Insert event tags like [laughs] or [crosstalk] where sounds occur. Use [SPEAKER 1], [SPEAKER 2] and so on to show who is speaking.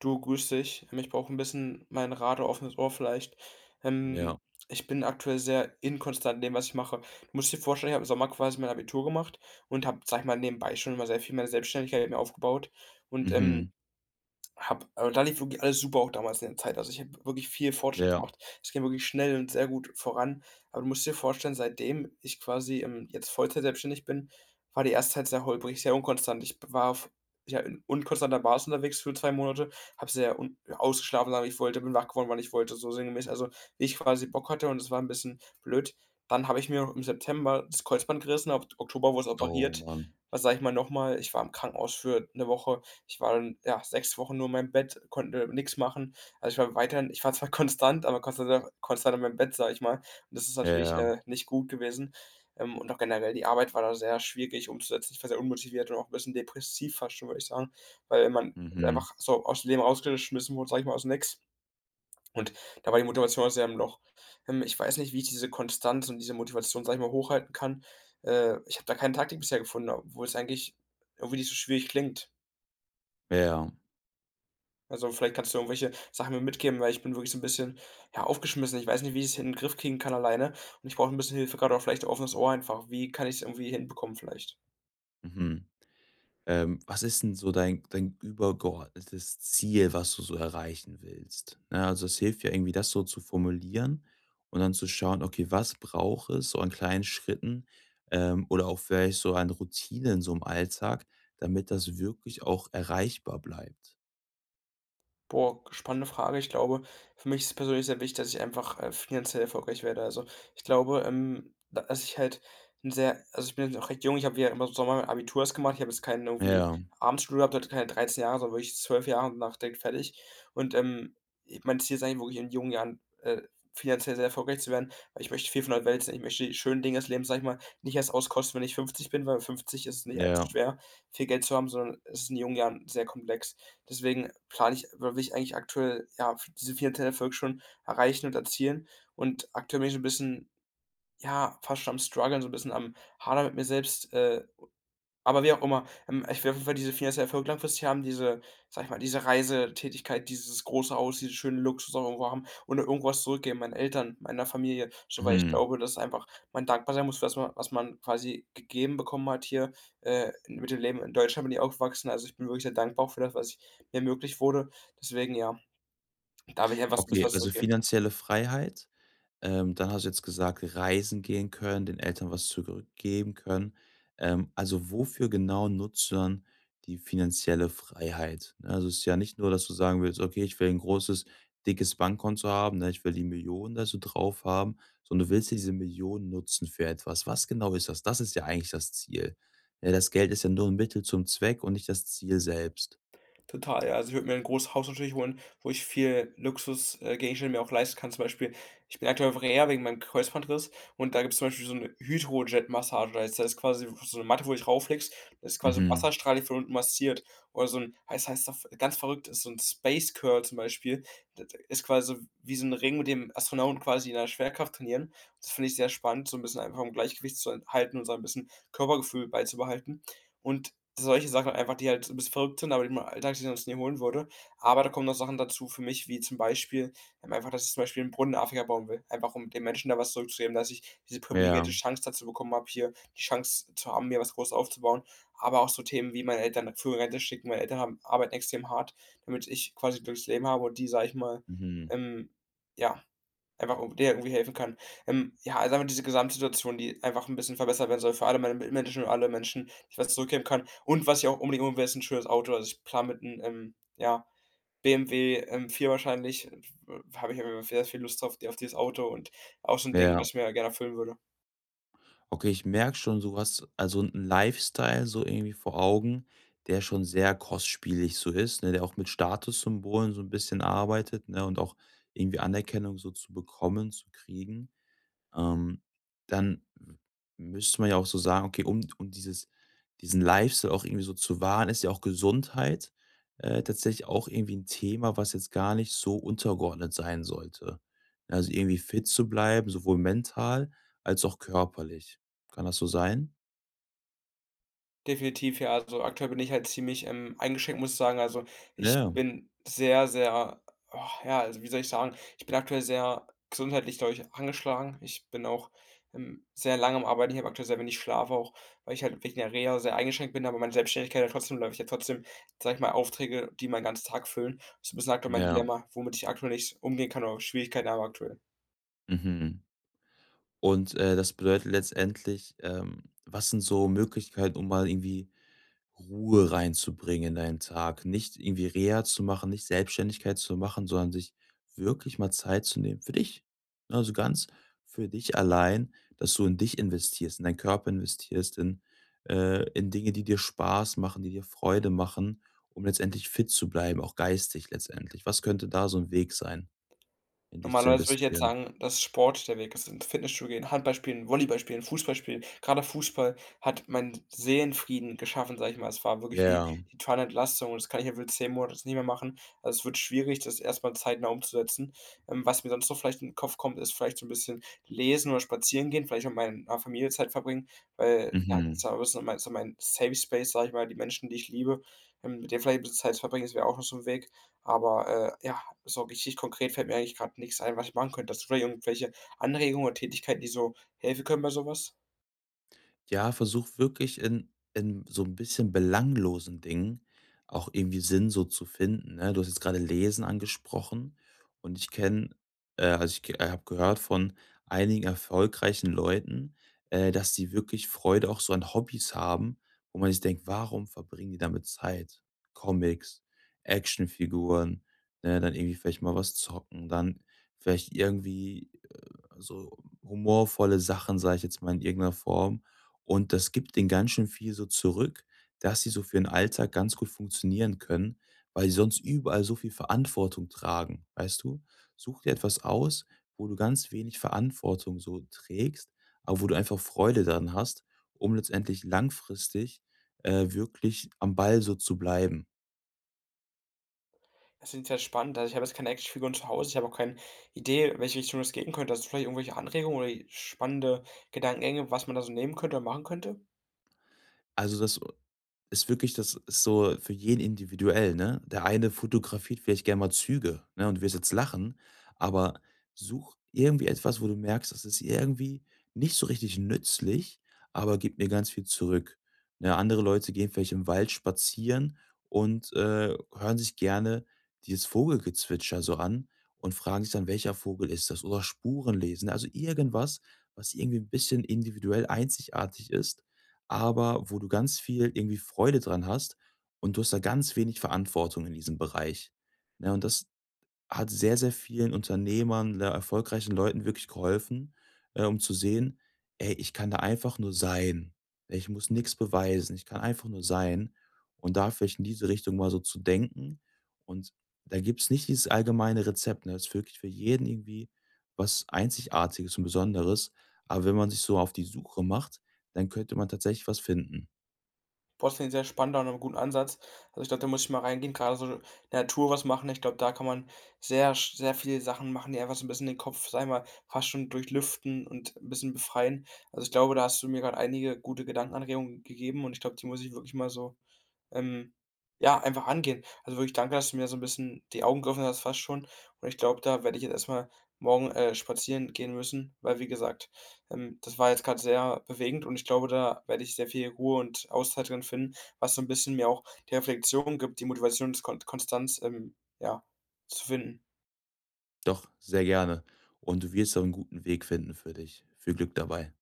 [SPEAKER 1] Du, grüß dich. Ich brauche ein bisschen mein Rat oder offenes Ohr vielleicht.
[SPEAKER 2] Ja.
[SPEAKER 1] Ähm, Ich bin aktuell sehr inkonstant in dem, was ich mache. Du musst dir vorstellen, ich habe im Sommer quasi mein Abitur gemacht und habe, sage ich mal, nebenbei schon immer sehr viel meine Selbstständigkeit mir aufgebaut und,
[SPEAKER 2] Mhm.
[SPEAKER 1] hab aber da lief wirklich alles super auch damals in der Zeit. Also, ich habe wirklich viel Fortschritt
[SPEAKER 2] Ja.
[SPEAKER 1] gemacht. Es ging wirklich schnell und sehr gut voran. Aber du musst dir vorstellen, seitdem ich quasi, jetzt Vollzeit selbstständig bin, war die erste Zeit sehr holprig, sehr unkonstant. Ich war auf ja, in unkonstanter Basis unterwegs für 2 Monate, habe sehr un ja, ausgeschlafen, wann ich wollte, bin wach geworden, wann ich wollte, so sinngemäß. Also, wie ich quasi Bock hatte und das war 'n bisschen blöd. Dann habe ich mir im September das Kreuzband gerissen, ab Oktober wurde es
[SPEAKER 2] Oh
[SPEAKER 1] operiert.
[SPEAKER 2] Mann.
[SPEAKER 1] Was Sage ich mal noch mal, ich war im Krankenhaus für 'ne Woche. Ich war dann, ja, 6 Wochen nur in meinem Bett, konnte nichts machen. Also, ich war zwar [laughs] konstant, aber konstant konstant in meinem Bett, sage ich mal. Und das ist
[SPEAKER 2] Ja,
[SPEAKER 1] natürlich,
[SPEAKER 2] ja.
[SPEAKER 1] nicht gut gewesen. Und auch generell die Arbeit war da sehr schwierig umzusetzen. Ich war sehr unmotiviert und auch ein bisschen depressiv fast schon, würde ich sagen, weil man
[SPEAKER 2] Mhm.
[SPEAKER 1] einfach so aus dem Leben rausgeschmissen wurde, sage ich mal, aus'm Nix. Und da war die Motivation auch sehr im Loch. Ich weiß nicht, wie ich diese Konstanz und diese Motivation, sage ich mal, hochhalten kann. Ich habe da keine Taktik bisher gefunden, obwohl es eigentlich irgendwie nicht so schwierig klingt.
[SPEAKER 2] Ja, ja.
[SPEAKER 1] Also, vielleicht kannst du irgendwelche Sachen mir mitgeben, weil ich bin wirklich so ein bisschen, ja, aufgeschmissen. Ich weiß nicht, wie ich's in 'n Griff kriegen kann alleine und ich brauche ein bisschen Hilfe, gerade auch vielleicht offenes Ohr einfach. Wie kann ich es irgendwie hinbekommen vielleicht?
[SPEAKER 2] Mhm. Was ist denn so dein übergeordnetes Ziel, was du so erreichen willst? Ne, also, es hilft ja irgendwie, das so zu formulieren und dann zu schauen: „Okay, was braucht es so an kleinen Schritten, oder auch vielleicht so an Routinen so im Alltag, damit das wirklich auch erreichbar bleibt?“
[SPEAKER 1] Boah, spannende Frage. Ich glaube, für mich ist es persönlich sehr wichtig, dass ich einfach, finanziell erfolgreich werde. Also, ich glaube, da dass ich halt 'n sehr, also, ich bin jetzt auch recht jung. Ich habe ja immer so Sommer mein Abitur erst gemacht. Ich habe jetzt keinen irgendwie
[SPEAKER 2] Ja,
[SPEAKER 1] Abendschule gehabt, hatte keine 13 Jahre, sondern wirklich 12 Jahre und danach direkt fertig. Und, e mein Ziel ist eigentlich wirklich in jungen Jahren, finanziell sehr erfolgreich zu werden, weil ich möchte viel von der Welt sehen. Ich möchte die schönen Dinge des Lebens, sage ich mal, nicht erst auskosten, wenn ich 50 bin, weil mit 50 ist es nicht allzu
[SPEAKER 2] ja.
[SPEAKER 1] schwer, viel Geld zu haben, sondern es ist in jungen Jahren sehr komplex. Deswegen plane ich oder will ich eigentlich aktuell, ja, diese finanziellen Erfolg schon erreichen und erzielen. Und aktuell bin ich so 'n bisschen, ja, fast schon am struggeln, so ein bisschen am Hadern mit mir selbst, aber wie auch immer, ich will auf jeden Fall diese finanzielle Erfolg langfristig haben, diese, sage ich mal, diese Reisetätigkeit, dieses große Haus, diese schönen Luxus auch irgendwo haben und irgendwas zurückgeben meinen Eltern, meiner Familie, so, weil ich
[SPEAKER 2] Mhm.
[SPEAKER 1] glaube, dass einfach man dankbar sein muss für das, wa was man quasi gegeben bekommen hat hier, mit dem Leben in Deutschland bin ich aufgewachsen. Also, ich bin wirklich sehr dankbar auch für das, was ich mir ermöglicht wurde. Deswegen ja, da will ich einfach so 'n bisschen
[SPEAKER 2] Okay,
[SPEAKER 1] was
[SPEAKER 2] also
[SPEAKER 1] zurückgeben.
[SPEAKER 2] finanzielle Freiheit. Dann hast du jetzt gesagt, reisen gehen können, den Eltern was zurückgeben können. Also wofür genau nutzt du dann die finanzielle Freiheit? Ne, also es ist ja nicht nur, dass du sagen willst, okay, ich will ein großes, dickes Bankkonto haben, ne, ich will die Millionen da so drauf haben, sondern du willst ja diese Millionen nutzen für etwas. Was genau ist das? Das ist ja eigentlich das Ziel. Ja, das Geld ist ja nur ein Mittel zum Zweck und nicht das Ziel selbst.
[SPEAKER 1] Total, ja. Also, ich würde mir ein großes Haus natürlich holen, wo ich viel Luxus Gegenstände mir auch leisten kann. Zum Beispiel, ich bin aktuell auf Reha wegen meinem Kreuzbandriss und da gibt es zum Beispiel so eine Hydrojet-Massage. Da ist quasi so eine Matte, wo ich dich rauflegst, da ist quasi 'n
[SPEAKER 2] Mhm.
[SPEAKER 1] Wasserstrahl, der von unten massiert. Oder so ein, heißt auf ganz verrückt ist so ein Space Curl zum Beispiel. Das ist quasi so wie so ein Ring, mit dem Astronauten quasi in der Schwerkraft trainieren. Das finde ich sehr spannend, so ein bisschen einfach um Gleichgewicht zu halten und so ein bisschen Körpergefühl beizubehalten. Und solche Sachen einfach, die halt 'n bisschen verrückt sind, aber die man im Alltag sich sonst nie holen würde. Aber da kommen noch Sachen dazu für mich, wie zum Beispiel, einfach, dass ich zum Beispiel einen Brunnen in Afrika bauen will. Einfach um den Menschen da was zurückzugeben, dass ich diese
[SPEAKER 2] Ja.
[SPEAKER 1] privilegierte Chance dazu bekommen habe, hier die Chance zu haben, mir was Großes aufzubauen. Aber auch so Themen wie meine Eltern früh in Rente schicken. Meine Eltern haben arbeiten extrem hart, damit ich quasi 'n glückliches Leben habe und die, sage ich mal,
[SPEAKER 2] Mhm.
[SPEAKER 1] ähm, ja. Einfach irgendwie helfen kann. Ja, also einfach diese Gesamtsituation, die einfach ein bisschen verbessert werden soll für alle meine Mitmenschen und alle Menschen, die ich was zurückgeben kann. Und was ich auch unbedingt holen will, ist 'n schönes Auto. Also, ich plane mit einem ja, BMW M4 wahrscheinlich, habe ich aber sehr viel Lust drauf auf dieses Auto und auch so ein Ding,
[SPEAKER 2] Ja.
[SPEAKER 1] was ich mir gerne erfüllen würde.
[SPEAKER 2] Okay, ich merke schon, du hast also 'n Lifestyle so irgendwie vor Augen, der schon sehr kostspielig so ist, ne, der auch mit Statussymbolen so ein bisschen arbeitet, ne, und auch irgendwie Anerkennung so zu bekommen, zu kriegen. Ähm, Dann müsste man ja auch so sagen, okay, um dieses diesen Lifestyle auch irgendwie so zu wahren, ist ja auch Gesundheit, tatsächlich auch irgendwie ein Thema, was jetzt gar nicht so untergeordnet sein sollte. Also, irgendwie fit zu bleiben, sowohl mental als auch körperlich. Kann das so sein?
[SPEAKER 1] Definitiv, ja. Also, aktuell bin ich halt ziemlich, eingeschränkt, muss ich sagen. Also, ich
[SPEAKER 2] Ja,
[SPEAKER 1] bin sehr, sehr oh, ja, also, wie soll ich sagen? Ich bin aktuell sehr gesundheitlich, glaube ich, angeschlagen. Ich bin auch, sehr lange am Arbeiten. Ich habe aktuell sehr wenig Schlaf auch, weil ich halt wegen der Reha sehr eingeschränkt bin, aber meine Selbstständigkeit ja trotzdem läuft ja trotzdem, sage ich mal, Aufträge, die meinen ganzen Tag füllen. Das ist so ein bisschen aktuell mein
[SPEAKER 2] ja,
[SPEAKER 1] Dilemma, womit ich aktuell nicht umgehen kann oder Schwierigkeiten habe aktuell.
[SPEAKER 2] mhm. Und, das bedeutet letztendlich, was sind so Möglichkeiten, um mal irgendwie Ruhe reinzubringen in deinen Tag, nicht irgendwie Reha zu machen, nicht Selbstständigkeit zu machen, sondern sich wirklich mal Zeit zu nehmen für dich. Also ganz für dich allein, dass du in dich investierst, in deinen Körper investierst, in Dinge, die dir Spaß machen, die dir Freude machen, um letztendlich fit zu bleiben, auch geistig letztendlich. Was könnte da so ein Weg sein, in dich zu
[SPEAKER 1] Normalerweise würde ich jetzt
[SPEAKER 2] investieren?
[SPEAKER 1] sagen, dass Sport der Weg ist. Ins Fitnessstudio gehen, Handball spielen, Volleyball spielen, Fußball spielen. Grade Fußball hat meinen Seelenfrieden geschaffen, sage ich mal. Es war wirklich wie
[SPEAKER 2] Ja,
[SPEAKER 1] die totale Entlastung und das kann ich ja wohl 10 Monate jetzt nicht mehr machen. Also, es wird schwierig, das erstmal zeitnah umzusetzen. Was mir sonst noch vielleicht in den Kopf kommt, ist vielleicht so ein bisschen lesen oder spazieren gehen, vielleicht auch mit meiner Familie Zeit verbringen, weil, ja,
[SPEAKER 2] mhm.
[SPEAKER 1] das war so mein Safe Space, sage ich mal, die Menschen, die ich liebe, mit denen vielleicht ein bisschen Zeit verbringen, das wäre auch noch so ein Weg. Aber, ja, so richtig konkret fällt mir eigentlich gerade nichts ein, was ich machen könnte. Hast du vielleicht irgendwelche Anregungen oder Tätigkeiten, die so helfen können bei sowas, was?
[SPEAKER 2] Ja, versuch wirklich in so ein bisschen belanglosen Dingen auch irgendwie Sinn so zu finden, ne? Du hast jetzt gerade Lesen angesprochen und ich kenne also, ich ke habe gehört von einigen erfolgreichen Leuten, dass sie wirklich Freude auch so an Hobbys haben, wo man sich denkt: „Warum verbringen die damit Zeit?“ Comics, Actionfiguren, ne, dann irgendwie vielleicht mal was zocken, dann vielleicht irgendwie, so humorvolle Sachen, sage ich jetzt mal in irgendeiner Form. Und das gibt denen ganz schön viel so zurück, dass sie so für den Alltag ganz gut funktionieren können, weil sie sonst überall so viel Verantwortung tragen, weißt du? Such dir etwas aus, wo du ganz wenig Verantwortung so trägst, aber wo du einfach Freude dran hast, um letztendlich langfristig, wirklich am Ball so zu bleiben.
[SPEAKER 1] Das klingt sehr spannend. Also, ich habe jetzt keine Actionfiguren zu Hause. Ich habe auch keine Idee, in welche Richtung das gehen könnte. Hast du vielleicht irgendwelche Anregungen oder spannende Gedankengänge, was man da so nehmen könnte oder machen könnte?
[SPEAKER 2] Also, das ist so für jeden individuell, ne? Der eine fotografiert vielleicht gerne mal Züge, ne? Und du wirst jetzt lachen, aber such irgendwie etwas, wo du merkst, das ist irgendwie nicht so richtig nützlich, aber gibt mir ganz viel zurück. Ne? Andere Leute gehen vielleicht im Wald spazieren und hören sich gerne dieses Vogelgezwitscher so an und fragen sich dann, welcher Vogel ist das? Oder Spuren lesen. Ne? Also irgendwas, was irgendwie ein bisschen individuell einzigartig ist, aber wo du ganz viel irgendwie Freude dran hast und du hast da ganz wenig Verantwortung in diesem Bereich, ne? Und das hat sehr, sehr vielen Unternehmern, le erfolgreichen Leuten wirklich geholfen, um zu sehen: „Ey, ich kann da einfach nur sein. Ich muss nichts beweisen. Ich kann einfach nur sein.“ Und da vielleicht in diese Richtung mal so zu denken. Und da gibt es nicht dieses allgemeine Rezept, ne? Es ist wirklich für jeden irgendwie was Einzigartiges und Besonderes. Aber wenn man sich so auf die Suche macht, dann könnte man tatsächlich was finden.
[SPEAKER 1] Boah, das klingt sehr spannend und 'n guten Ansatz. Also, ich glaube, da muss ich mal reingehen, grade so Natur was machen. Ich glaube, da kann man sehr sch sehr viele Sachen machen, die einfach so 'n bisschen den Kopf, sage ich mal, fast schon durchlüften und 'n bisschen befreien. Also, ich glaube, da hast du mir grad einige gute Gedankenanregungen gegeben und ich glaube, die muss ich wirklich mal so ähm, ja, einfach angehen. Also wirklich danke, dass du mir so ein bisschen die Augen geöffnet hast fast schon. Und ich glaube, da werde ich jetzt erstmal morgen, spazieren gehen müssen, weil wie gesagt, das war jetzt gerade sehr bewegend und ich glaube, da werde ich sehr viel Ruhe und Auszeit drin finden, was so ein bisschen mir auch die Reflexion gibt, die Motivation und Konstanz, ja, zu finden.
[SPEAKER 2] Doch, sehr gerne. Und du wirst da einen guten Weg finden für dich. Viel Glück dabei.